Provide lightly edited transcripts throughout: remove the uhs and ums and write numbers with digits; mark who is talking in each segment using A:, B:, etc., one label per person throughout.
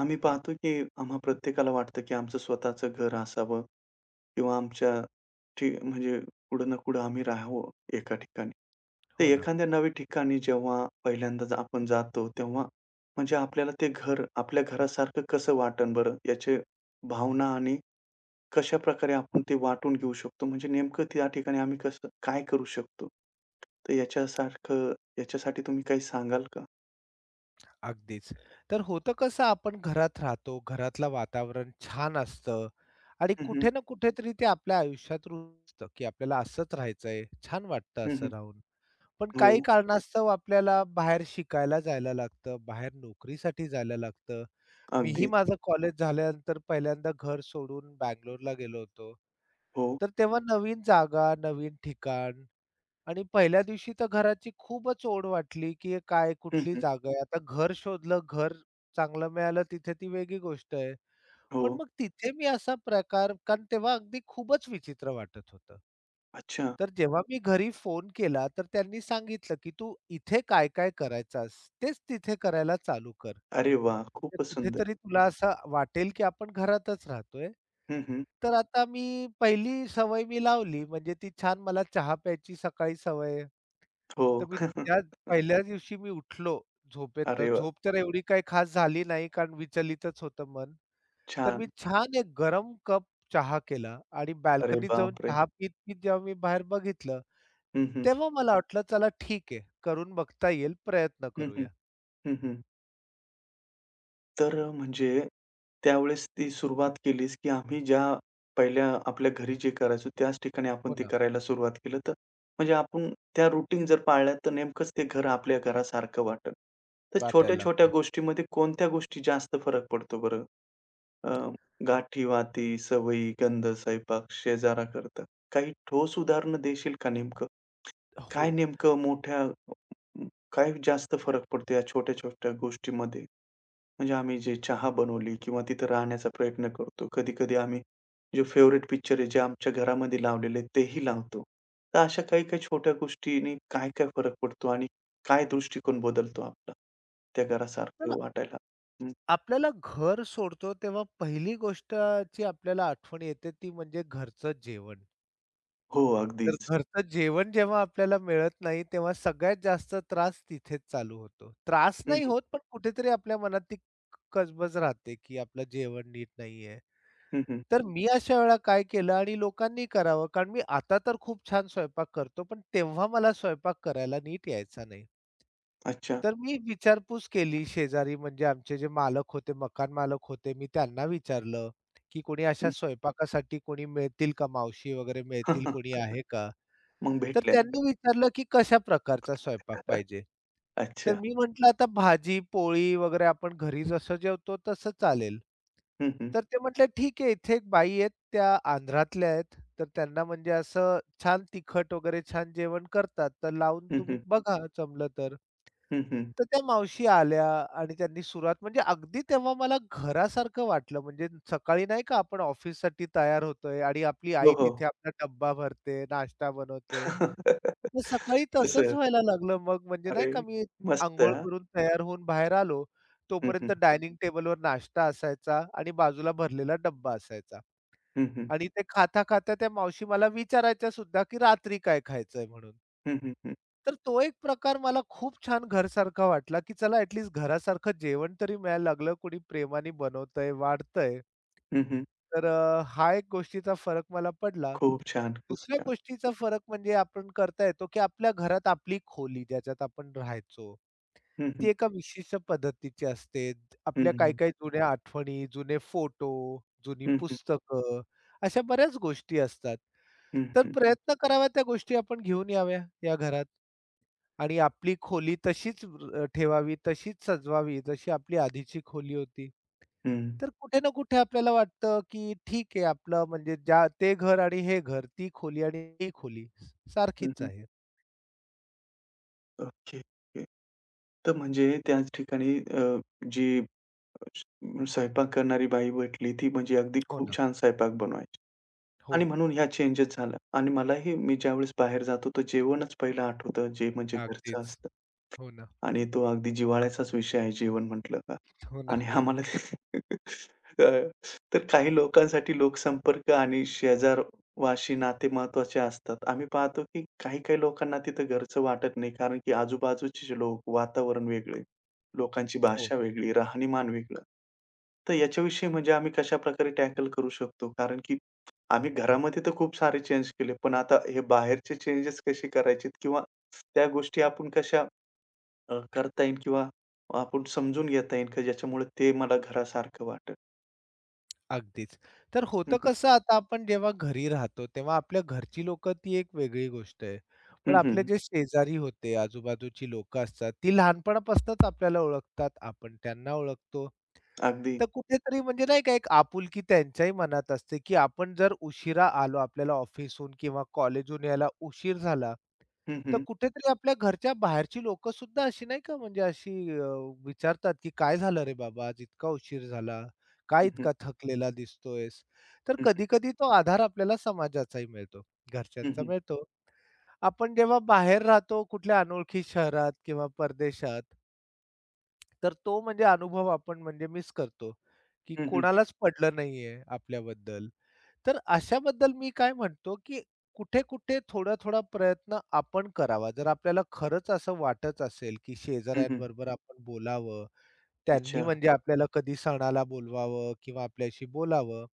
A: आम्ही पाहतो की आम्हा प्रत्येकाला वाटतं की आमचं स्वतःचं घर असावं किंवा आमच्या म्हणजे कुठं ना कुठं आम्ही राहावं एका ठिकाणी. तर
B: हो ना,
A: एखाद्या नव्या ठिकाणी जेव्हा पहिल्यांदाच आपण जातो, तेव्हा म्हणजे आपल्याला ते घर आपल्या घरासारखं कसं वाटेल बरं? याची भावना आणि कशाप्रकारे आपण ते वाटून घेऊ शकतो? म्हणजे नेमकं त्या ठिकाणी आम्ही कसं काय करू शकतो? तर याच्यासाठी तुम्ही काही सांगाल का?
B: अगदीच. तर होतं कसं आपण घरात राहतो, घरातलं वातावरण छान असतं आणि
A: हं, हं.
B: कुठे ना कुठेतरी ते आपल्या आयुष्यात रुजतं, की आपल्याला असंच राहायचंय, छान वाटतं असं
A: हं,
B: राहून. पण काही
A: हो.
B: कारणास्तव आपल्याला बाहेर शिकायला जायला लागतं, बाहेर नोकरीसाठी जायला लागतं. मीही
A: अगदीच.
B: माझं कॉलेज झाल्यानंतर पहिल्यांदा घर सोडून बंगलोरला गेलो होतो.
A: हो.
B: तर तेव्हा नवीन जागा, नवीन ठिकाण, आणि पहिल्या दिवशी तर घराची खूपच ओढ वाटली, की हे काय
A: हं,
B: कुठली
A: हं.
B: जागा आहे. आता घर शोधलं, घर चांगलं मिळालं तिथे ती वेगळी गोष्ट आहे. पण
A: हो.
B: मग तिथे मी असा प्रकार कारण तेव्हा अगदी खूपच विचित्र वाटत होतं.
A: अच्छा.
B: तर जेव्हा मी घरी फोन केला, तर त्यांनी सांगितलं, की "तू इथे काय-काय करायचास, तेच तिथे करायला चालू कर.
A: अरे वाह!
B: म्हणजे
A: खूपच सुंदर.
B: कुठेतरी तुला असं वाटेल, की आपण घरातच राहतोय."
A: हं, हं.
B: तर आता मी पहिली सवय मी लावली, म्हणजे ती छान मला चहा प्यायची सकाळी सवय आहे.
A: हो.
B: तर मी त्या पहिल्या दिवशी मी उठलो झोपेतनं.
A: अरे वाह!
B: झोप तर एवढी काही खास झाली नाही, कारण विचलितच होतं मन. तर मी
A: छान.
B: छान एक गरम कप चहा केला आणि
A: अरे
B: बाल्कनीत जाऊन
A: बापरे!
B: चहा पीत-पीत जेव्हा मी बाहेर बघितलं,
A: हं, हं.
B: तेव्हा मला वाटलं चला ठीक आहे, करून बघता येईल, प्रयत्न
A: हं, हं.
B: करूया.
A: हं, हं. तर म्हणजे त्यावेळेस ती सुरुवात केलीस, की आम्ही ज्या पहिल्या आपल्या घरी जे करायचो त्याच ठिकाणी आपण
B: हो
A: ते
B: ना,
A: करायला सुरुवात केलं तर म्हणजे आपण त्या रूटीन जर पाळल्या तर नेमकंच ते घर आपल्या घरासारखं वाटेल. तर
B: वाटायला
A: छोट्या-छोट्या
B: लागतं.
A: गोष्टीमध्ये कोणत्या गोष्टी जास्त फरक पडतो बरं? अ, गाठी, वाती, सवयी, गंध, स्वयंपाक, शेजारा करता. काही ठोस उदाहरणं देशील का नेमकं? काय
B: हो.
A: नेमकं मोठ्या काय जास्त फरक पडतो या छोट्या-छोट्या गोष्टीमध्ये? म्हणजे आम्ही जे चहा बनवली किंवा तिथं राहण्याचा प्रयत्न करतो. कधी-कधी आम्ही जे फेव्हरेट पिक्चर आहे, जे आमच्या घरामध्ये लावलेले आहेत, तेही लावतो. तर अशा काही-काही छोट्या गोष्टींनी काय-काय फरक पडतो आणि काय दृष्टिकोन बदलतो आपला? त्या
B: तर
A: घरासारखे वाटायला. हं.
B: आपल्याला घर सोडतो तेव्हा पहिली गोष्टची आपल्याला आठवण येते ती म्हणजे घरचं जेवण.
A: हो,
B: तर
A: अगदीच.
B: घरचं जेवण जेव्हा आपल्याला मिळत नाही, तेव्हा सगळ्यात जास्त त्रास तिथेच चालू होतो. त्रास
A: हं,
B: नाही
A: हं.
B: होत, पण कुठेतरी आपल्या मनात ती कसबज राहते, की आपलं जेवण नीट नाहीये.
A: हं, हं.
B: तर मी अशा वेळेला काय केलं आणि लोकांनी करावं, कारण मी आता तर खूप छान स्वयंपाक करतो, पण तेव्हा मला स्वयंपाक करायला नीट यायचा नाही.
A: अच्छा.
B: तर मी विचारपूस केली शेजारी म्हणजे आमचे जे मालक होते, मकान मालक होते, मी त्यांना विचारलं, की "कोणी अशा
A: हं.
B: स्वयंपाकासाठी कोणी मिळतील का? मावशी वगैरे मिळतील कोणी आहे का?"
A: मग
B: तर
A: भेटल्या.
B: त्यांनी विचारलं, की "कशा प्रकारचा स्वयंपाक पाहिजे?" तर
A: अच्छा.
B: मी म्हटलं, "आता भाजी, पोळी वगैरे आपण घरी जसं जेवतो तसं चालेल."
A: हं, हं.
B: तर ते म्हटले, "ठीक आहे." इथे एक बाई आहेत त्या आंध्रातल्या आहेत. तर त्यांना म्हणजे असं छान तिखट वगैरे छान जेवण करतात. तर लावून
A: हं,
B: तुम्ही
A: हं.
B: बघा जमलं तर.
A: हं, हं.
B: तर त्या मावशी आल्या आणि त्यांनी सुरुवात म्हणजे अगदी तेव्हा मला घरासारखं वाटलं. म्हणजे सकाळी नाही का आपण ऑफिससाठी तयार होतोय आणि आपली
A: हो,
B: आई
A: हो.
B: तिथे आपला डब्बा भरते, नाश्ता बनवते. मग सकाळी तसंच
A: तसं.
B: व्हायला लागलं मग म्हणजे
A: अरे,
B: नाही का मी
A: मस्त
B: अंघोळ
A: हां.
B: करून तयार होऊन बाहेर आलो.
A: हं, हं.
B: तोपर्यंत डायनिंग टेबलवर नाश्ता असायचा आणि बाजूला भरलेला डब्बा असायचा
A: हं, हं.
B: आणि ते खाता-खाता त्या मावशी मला विचारायच्या सुद्धा, की रात्री काय खायचंय म्हणून.
A: हं, हं, हं.
B: तर तो एक प्रकार मला खूप छान घरसारखा वाटला, की चला ॲट घरासारखं जेवण तरी मिळायला लागलं. कोणी प्रेमाने बनवतंय, वाढतंय.
A: हं, हं.
B: तर अ, हा एक गोष्टीचा फरक मला पडला.
A: खूप छान, खूप
B: दुसऱ्या
A: छान.
B: गोष्टीचा फरक म्हणजे आपण करता येतो, की आपल्या घरात आपली खोली ज्याच्यात आपण राहायचो,
A: हं,
B: ती
A: हं.
B: एका विशिष्ट पद्धतीची असते.
A: हं,
B: आपल्या
A: हं.
B: काही-काही जुन्या आठवणी, जुने फोटो, जुनी
A: हं, हं.
B: पुस्तकं अशा बऱ्याच गोष्टी असतात.
A: हं,
B: तर
A: हं.
B: प्रयत्न करावा त्या गोष्टी आपण घेऊन याव्या या घरात आणि आपली खोली तशीच ठेवावी, तशीच सजवावी जशी आपली आधीची खोली होती.
A: हं.
B: तर कुठे ना कुठे आपल्याला वाटतं, की ठीक आहे आपलं म्हणजे ज्या ते घर आणि हे घर, ती खोली आणि ही खोली सारखीच
A: हं,
B: आहे.
A: Okay, okay. तर म्हणजे त्याच ठिकाणी जी स्वयंपाक करणारी बाई भेटली ती म्हणजे अगदी
B: हो
A: खूप
B: ना.
A: छान स्वयंपाक बनवायची. आणि
B: हो.
A: म्हणून ह्या चेंजेस झाल्या आणि मलाही मी ज्यावेळेस बाहेर जातो, तर जेवणच पहिलं आठवतं, जे म्हणजे घरचं
B: अगदीच.
A: असतं.
B: हो ना.
A: आणि तो अगदी जिव्हाळ्याचाच विषय आहे जेवण म्हटलं का.
B: हो ना.
A: आणि आम्हाला ते अ, तर काही लोकांसाठी लोकसंपर्क आणि शेजारवाशी नाते महत्त्वाचे असतात. आम्ही पाहतो, की काही-काही लोकांना तिथं घरचं वाटत नाही, कारण की आजूबाजूचे जे लोक, वातावरण वेगळे, लोकांची
B: हो.
A: भाषा वेगळी, राहणीमान वेगळं. तर याच्याविषयी म्हणजे आम्ही कशाप्रकारे टॅकल करू शकतो? कारण की आम्ही घरामध्ये तर खूप सारे चेंज केले, पण आता हे बाहेरचे चेंजेस कसे करायचे किंवा त्या गोष्टी आपण कशा करता येईल किंवा आपण समजून घेता येईल का ज्याच्यामुळे ते मला घरासारखं वाटेल?
B: अगदीच. तर
A: हं,
B: होतं
A: हं.
B: कसं आता आपण जेव्हा घरी राहतो, तेव्हा आपल्या घरची लोकं ती एक वेगळी गोष्ट आहे. पण आपले
A: हं,
B: जे शेजारी होते, आजूबाजूची लोकं असतात, ती लहानपणापासूनच आपल्याला ओळखतात, आपण त्यांना ओळखतो.
A: अगदी.
B: तर कुठेतरी म्हणजे नाही का एक आपुलकी त्यांच्याही मनात असते, की आपण जर उशिरा आलो, आपल्याला ऑफिसहून किंवा कॉलेजहून यायला उशीर झाला,
A: हं,
B: तर
A: हं.
B: कुठेतरी आपल्या घरच्या बाहेरची लोकं सुद्धा अशी नाही का म्हणजे अशी विचारतात, की "काय झालं रे बाबा, आज इतका उशीर झाला? काय
A: हं, हं.
B: इतका थकलेला दिसतोयस?" तर
A: हं, हं.
B: कधी-कधी तो आधार आपल्याला समाजाचाही मिळतो,
A: हं,
B: घरच्यांचा
A: हं.
B: मिळतो. आपण जेव्हा बाहेर राहतो कुठल्या अनोळखी शहरात किंवा परदेशात तर तो म्हणजे अनुभव आपण म्हणजे मिस करतो, की कोणालाच पडलं नाहीये आपल्याबद्दल. तर अशाबद्दल मी काय म्हणतो, की कुठे-कुठे थोडा-थोडा प्रयत्न आपण करावा. जर आपल्याला खरंच असं वाटत असेल, की शेजाऱ्यांबरोबर आपण बोलावं, त्यांनी
A: अच्छा.
B: म्हणजे आपल्याला कधी सणाला बोलवावं किंवा आपल्याशी बोलावं,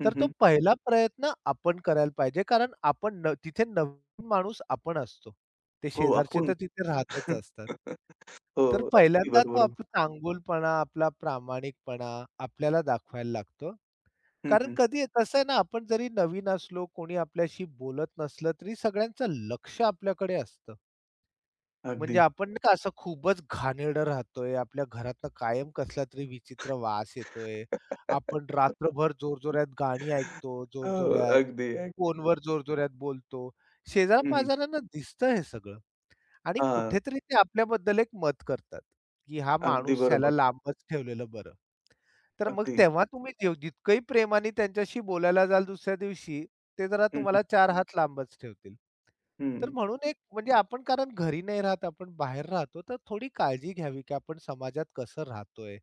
A: हं,
B: तर तो
A: हं.
B: पहिला प्रयत्न आपण करायला पाहिजे. कारण आपण न तिथे नवीन माणूस आपण असतो. ते
A: हो,
B: शेजारचे
A: आपण
B: तर तिथे राहतच असतात.
A: हो,
B: तर
A: अगदी
B: पहिल्यांदा तो
A: बरोबर.
B: आपला चांगुलपणा, आपला प्रामाणिकपणा आपल्याला दाखवायला लागतो.
A: हं,
B: कारण
A: हं.
B: कधी कसं आहे ना, आपण जरी नवीन असलो, कोणी आपल्याशी बोलत नसलं, तरी सगळ्यांचं लक्ष आपल्याकडे असतं. म्हणजे
A: अगदी.
B: आपण नाही का असं खूपच घाणेरडं राहतोय, आपल्या घरातनं कायम कसलातरी विचित्र वास येतोय, आपण रात्रभर जोरजोरात गाणी ऐकतो,
A: हो,
B: जोरजोरात,
A: अगदी.
B: फोनवर जोरजोरात बोलतो. शेजारपाजारांना दिसतं हे सगळं. आणि
A: हां,
B: कुठेतरी ते आपल्याबद्दल एक मत करतात, की हा
A: अगदी
B: माणूस
A: बरोबर.
B: ह्याला लांबच ठेवलेलं बरं. तर मग
A: अगदी.
B: तेव्हा तुम्ही जितकंही प्रेमाने त्यांच्याशी बोलायला जाल दुसऱ्या दिवशी, ते जरा
A: हं, हं.
B: तुम्हाला चार हात लांबच ठेवतील. तर
A: हं,
B: म्हणून एक म्हणजे आपण कारण घरी नाही राहत, आपण बाहेर राहतो, तर थोडी काळजी घ्यावी, की आपण समाजात कसं राहतोय?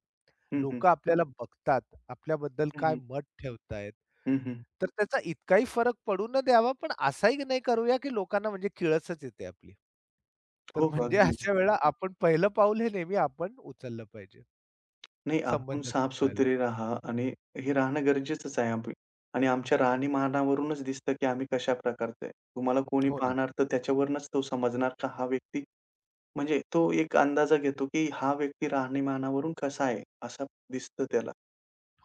A: हं, हं.
B: लोकं आपल्याला बघतात, आपल्याबद्दल
A: हं,
B: काय
A: हं.
B: मत ठेवतायत.
A: हं, हं.
B: तर त्याचा इतकाही फरक पडू न द्यावा, पण असाही नाही करूया, की लोकांना म्हणजे किळसच येते आपली. तर
A: हो, हो.
B: म्हणजे
A: अगदीच.
B: अशा वेळेला आपण पहिलं पाऊल हे नेहमी आपण उचललं पाहिजे,
A: नाही, आपण
B: संबंध सुधारायला.
A: साफ-सुथरे राहा आणि हे राहणं गरजेचंच आहे आम्ही आणि आमच्या राहणीमानावरूनच दिसतं, की आम्ही कशा प्रकारचे आहे. तुम्हाला कोणी
B: हो ना,
A: पाहणार तर त्याच्यावरूनच तो समजणार का हा व्यक्ती म्हणजे तो एक अंदाजा घेतो, की हा व्यक्ती राहणीमानावरून कसा आहे, असं दिसतं त्याला.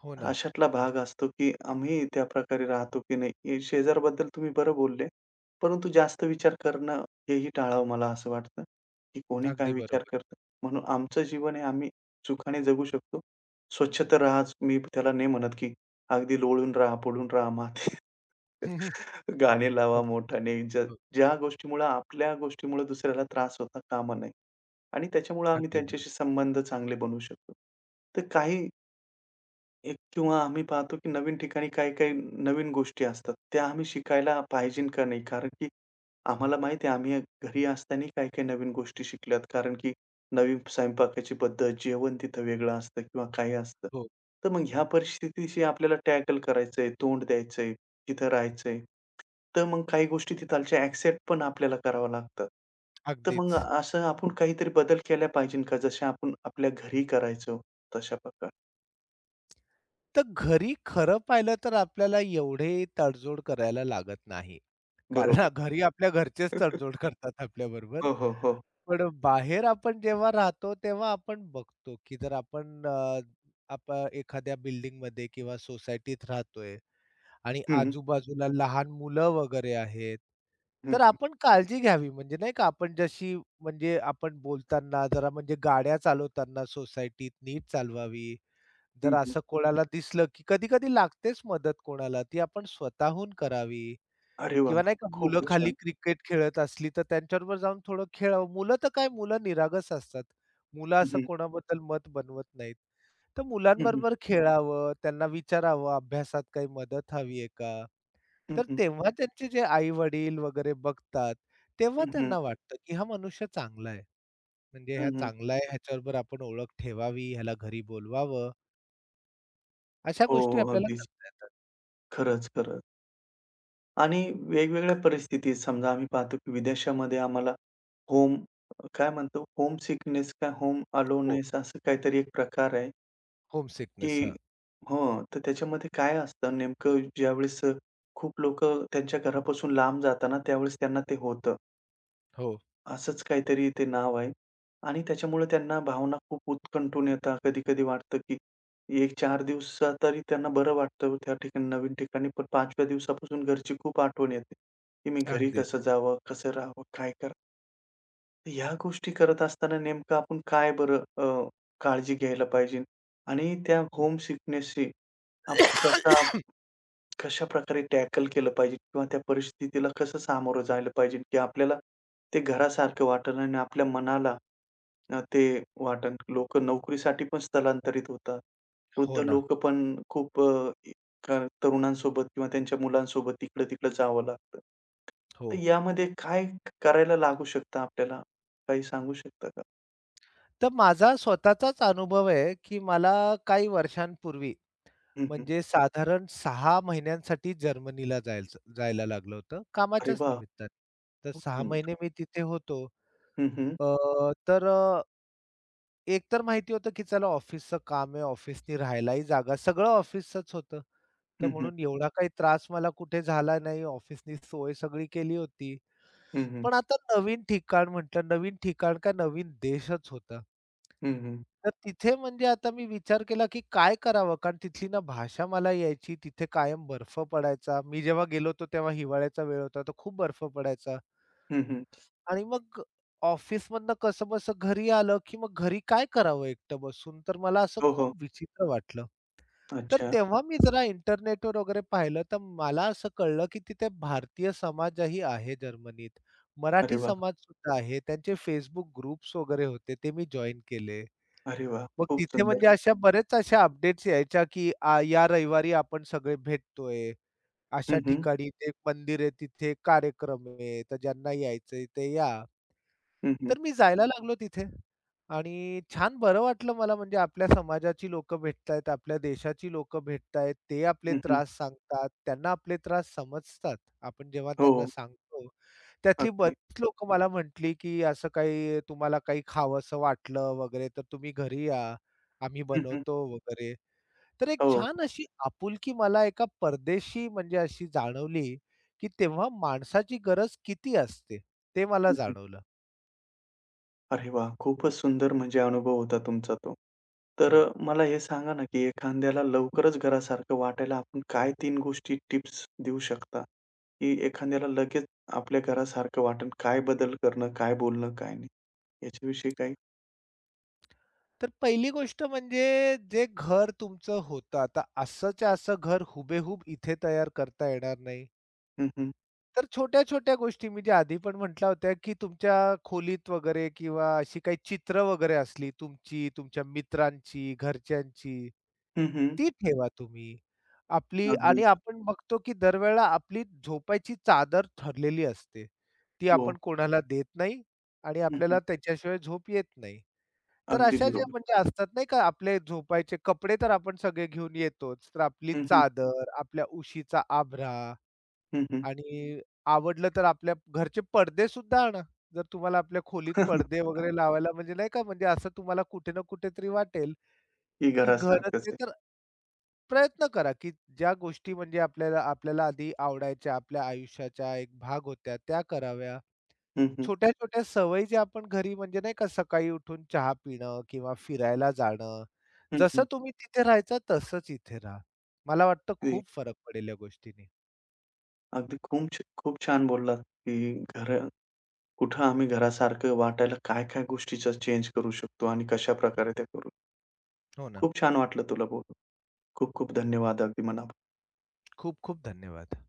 B: हो ना.
A: अशातला भाग असतो, की आम्ही त्या प्रकारे राहतो, की नाही. हे शेजाऱ्याबद्दल तुम्ही बरं बोलले. परंतु जास्त विचार करणं हेही टाळावं मला असं वाटतं, की कोणी काय
B: अगदी
A: विचार
B: बरोबर.
A: करतं. म्हणून आमचं जीवन आहे आम्ही सुखाने जगू शकतो. स्वच्छ तर राहाच. मी त्याला नाही म्हणत, की अगदी लोळून राहा, पडून राहा माती गाणे लावा
B: हो,
A: मोठ्याने.
B: हो.
A: ज्या गोष्टीमुळं आपल्या गोष्टीमुळं दुसऱ्याला त्रास होता कामा नये आणि त्याच्यामुळं आम्ही
B: अगदी बरोबर.
A: त्यांच्याशी संबंध चांगले बनवू शकतो. तर काही एक किंवा आम्ही पाहतो की नवीन ठिकाणी काही-काही नवीन गोष्टी असतात. त्या आम्ही शिकायला पाहिजे का नाही? कारण की आम्हाला माहिती आहे आम्ही घरी असताना काही-काही नवीन गोष्टी शिकल्यात. कारण की नवीन स्वयंपाकाची पद्धत, जेवण तिथं वेगळं असतं किंवा काही असतं.
B: हो,
A: तर मग ह्या परिस्थितीशी आपल्याला टॅकल करायचंय, तोंड द्यायचंय, तिथं राहायचंय. तर मग काही गोष्टी तिथालच्या एक्सेप्ट पण आपल्याला कराव्या लागतात. तर मग
B: अगदीच.
A: असं आपण काहीतरी बदल केला पाहिजे का? जसे आपण आपल्या घरी करायचो तशा प्रकारे.
B: तर घरी खरं पाहिलं तर आपल्याला एवढे तडजोड करायला लागत नाही. कारण
A: बरोबर.
B: घरी आपल्या घरचेच तडजोड करतात आपल्याबरोबर.
A: हो, हो, हो.
B: पण बाहेर आपण जेव्हा राहतो तेव्हा आपण बघतो, की जर आपण अ, आप एखाद्या बिल्डिंगमध्ये किंवा सोसायटीत राहतोय आणि
A: हं, हं.
B: आजूबाजूला लहान मुलं वगैरे आहेत,
A: हं,
B: तर
A: हं.
B: आपण काळजी घ्यावी. म्हणजे नाही का आपण जशी म्हणजे आपण बोलताना जरा म्हणजे गाड्या चालवताना सोसायटीत नीट चालवावी.
A: हं,
B: जर
A: हं.
B: असं कोणाला दिसलं, की कधी-कधी लागतेच मदत कोणाला, ती आपण स्वतःहून करावी.
A: अरे वाह!
B: किंवा नाही का मुलं
A: खूपच
B: खाली
A: छान.
B: क्रिकेट खेळत असली, तर त्यांच्याबरोबर जाऊन थोडं खेळावं. मुलं तर काय मुलं निरागस असतात. मुलं
A: हं,
B: असं
A: हं.
B: कोणाबद्दल मत बनवत नाहीत. तर
A: हं, हं.
B: मुलांबरोबर खेळावं, त्यांना विचारावं, "अभ्यासात काही मदत हवी आहे का?"
A: हं,
B: तर
A: हं.
B: तेव्हा त्यांचे जे आई-वडील वगैरे बघतात, तेव्हा
A: हं, हं.
B: त्यांना वाटतं, की हा मनुष्य चांगला आहे. म्हणजे हा
A: हं, हं.
B: चांगला आहे, ह्याच्याबरोबर आपण ओळख ठेवावी, ह्याला घरी बोलवावं. अशा
A: हो,
B: गोष्टी
A: हो.
B: आपल्याला
A: अगदीच.
B: करता येतात.
A: खरंच, खरंच. आणि वेगवेगळ्या परिस्थितीत समजा आम्ही पाहतो की विदेशामध्ये आम्हाला होम काय म्हणतो होम सिकनेस का होम
B: हो,
A: अलोननेस असं काहीतरी एक प्रकार आहे
B: होम
A: की
B: सिकनेस. हां.
A: हं, तर त्याच्यामध्ये काय असतं नेमकं ज्यावेळेस खूप लोकं त्यांच्या घरापासून लांब जाताना त्यावेळेस त्यांना ते होतं.
B: हो,
A: असंच काहीतरी ते नाव आहे आणि त्याच्यामुळे त्यांना भावना खूप उत्कंठून येतात. कधी-कधी वाटतं, की एक 4 दिवसा तरी त्यांना बरं वाटतं त्या ठिकाणी नवीन ठिकाणी. पण 5व्या दिवसापासून घरची खूप आठवण येते, की मी घरी कसं
B: अगदीच.
A: जावं, कसं राहावं, काय करावं? ह्या गोष्टी करत असताना नेमकं आपण काय बरं काळजी घ्यायला पाहिजे? आणि त्या होम सिकनेसशी आपण कशाप्रकारे टॅकल केलं पाहिजे किंवा त्या परिस्थितीला कसं सामोरं जायला पाहिजे, की आपल्याला ते घरासारखं वाटेल आणि आपल्या मनाला ते वाटेल. लोक नोकरीसाठी पण स्थलांतरित होतात. वृद्ध
B: हो ना.
A: लोकं पण खूप अ, क तरुणांसोबत किंवा त्यांच्या मुलांसोबत इकडं-तिकडं जावं लागतं.
B: हो.
A: तर यामध्ये काय करायला लागू शकतं आपल्याला? काही सांगू शकता का?
B: तर माझा स्वतःचाच अनुभव आहे, की मला काही वर्षांपूर्वी
A: हं, हं.
B: म्हणजे साधारण 6 महिन्यांसाठी जर्मनीला जायला लागलं होतं
A: अरे
B: कामाच्याच
A: वाह!
B: निमित्ताने. तर
A: खूप
B: 6
A: सुंदर.
B: महिने मी तिथे होतो.
A: हं, हं.
B: अ, तर अ, एकतर माहिती होतं, की चला ऑफिसचं काम आहे, ऑफिसनी राहायलाही जागा सगळं ऑफिसचंच होतं. तर
A: हं, हं.
B: म्हणून एवढा काही त्रास मला कुठे झाला नाही. ऑफिसनी सोय सगळी केली होती.
A: हं, हं.
B: पण आता नवीन ठिकाण म्हटलं, नवीन ठिकाण का नवीन देशच होता.
A: हं, हं.
B: तर तिथे म्हणजे आता मी विचार केला, की काय करावं? कारण तिथली ना भाषा मला यायची. तिथे कायम बर्फ पडायचा. मी जेव्हा गेलो होतो तेव्हा हिवाळ्याचा वेळ होता, तर खूप बर्फ पडायचा. आणि मग ऑफिसमधनं कसंबसं घरी आलं, की मग घरी काय करावं एकटं बसून? तर मला असं
A: हो, हो.
B: खूप विचित्र वाटलं. तर
A: अच्छा.
B: तेव्हा मी जरा इंटरनेटवर वगैरे पाहिलं, तर मला असं कळलं, की तिथे भारतीय समाजही आहे जर्मनीत.
A: अरे
B: मराठी
A: वाह!
B: समाजसुद्धा आहे. त्यांचे फेसबुक ग्रुप्स वगैरे होते, ते मी जॉइन केले.
A: अरे वाह!
B: मग
A: खूप
B: तिथे
A: सुंदर.
B: म्हणजे अशा बरेच अशा अपडेट्स यायच्या, की या रविवारी आपण सगळे भेटतोय. अशा
A: हं, हं.
B: ठिकाणी ते एक मंदिर आहे, तिथे एक कार्यक्रम आहे, तर ज्यांना यायचंय ते या.
A: हं, हं.
B: तर मी जायला लागलो तिथे आणि छान बरं वाटलं मला म्हणजे आपल्या समाजाची लोकं भेटतायत, आपल्या देशाची लोकं भेटतायत. ते आपले
A: हं, हं.
B: त्रास सांगतात, त्यांना आपले त्रास समजतात. आपण जेव्हा
A: हो.
B: त्यांना
A: हो.
B: सांगतो, त्यातली
A: अगदी.
B: बरीच लोकं मला म्हटली, की "असं काही तुम्हाला काही खावंसं वाटलं वगैरे तर तुम्ही घरी या, आम्ही
A: हं, हं.
B: बनवतो" वगैरे. तर एक
A: हो.
B: छान अशी आपुलकी मला एका परदेशी म्हणजे अशी जाणवली, की तेव्हा माणसाची गरज किती असते, ते मला
A: हं, हं.
B: जाणवलं.
A: अरे वाह! खूपच सुंदर म्हणजे अनुभव होता तुमचा तो. तर
B: हो.
A: मला हे सांगा ना, की एखाद्याला लवकरच घरासारखं वाटायला आपण काय तीन गोष्टी टिप्स देऊ शकता, की एखाद्याला लगेच आपल्या घरासारखं वाटेल? काय बदल करणं, काय बोलणं, काय नाही? याच्याविषयी काही?
B: तर पहिली गोष्ट म्हणजे जे घर तुमचं होतं, आता असंच्या असं घर हुबेहूब इथे तयार करता येणार नाही.
A: हं, हं.
B: तर छोट्या-छोट्या गोष्टी मी जे आधी पण म्हटल्या होत्या, की तुमच्या खोलीत वगैरे किंवा अशी काही चित्र वगैरे असली तुमची, तुमच्या मित्रांची, घरच्यांची,
A: हं, हं.
B: ती ठेवा तुम्ही. आपली
A: अगदी.
B: आणि आपण बघतो, की दरवेळेला आपली झोपायची चादर ठरलेली असते. ती
A: हो.
B: आपण कोणाला देत नाही आणि
A: हं,
B: आपल्याला
A: हं.
B: त्याच्याशिवाय झोप येत नाही. तर
A: अगदी
B: अशा ज्या
A: बरोबर.
B: म्हणजे असतात नाही का आपले झोपायचे कपडे तर आपण सगळे घेऊन येतोच. तर आपली
A: हं, हं.
B: चादर, आपल्या उशीचा आभरा
A: हं, हं.
B: आणि आवडलं तर आपल्या घरचे पडदे सुद्धा आणा. जर तुम्हाला आपल्या खोलीत पडदे वगैरे लावायला म्हणजे नाही का म्हणजे असं तुम्हाला कुठे ना कुठेतरी वाटेल,
A: की
B: की घरच
A: घरासारखंच
B: आहे
A: आहे.
B: तर प्रयत्न करा, की ज्या गोष्टी म्हणजे आपल्याला आपल्याला आधी आवडायच्या, आपल्या आयुष्याचा एक भाग होत्या त्या कराव्या.
A: हं, हं.
B: छोट्या-छोट्या सवयी ज्या आपण घरी म्हणजे नाही का सकाळी उठून चहा पिणं किंवा फिरायला जाणं.
A: हं,
B: जसं
A: हं.
B: तुम्ही तिथे राहायचा तसंच इथे राहा. मला वाटतं
A: ते
B: खूप फरक पडेल या गोष्टींनी.
A: अगदी खूप छान बोललात, की घर कुठं आम्ही घरासारखं वाटायला काय-काय गोष्टीचा चेंज करू शकतो आणि कशाप्रकारे त्या करू.
B: हो ना.
A: खूप छान वाटलं तुला बोलून. खूप खूप धन्यवाद अगदी मनापासून.
B: खूप-खूप धन्यवाद.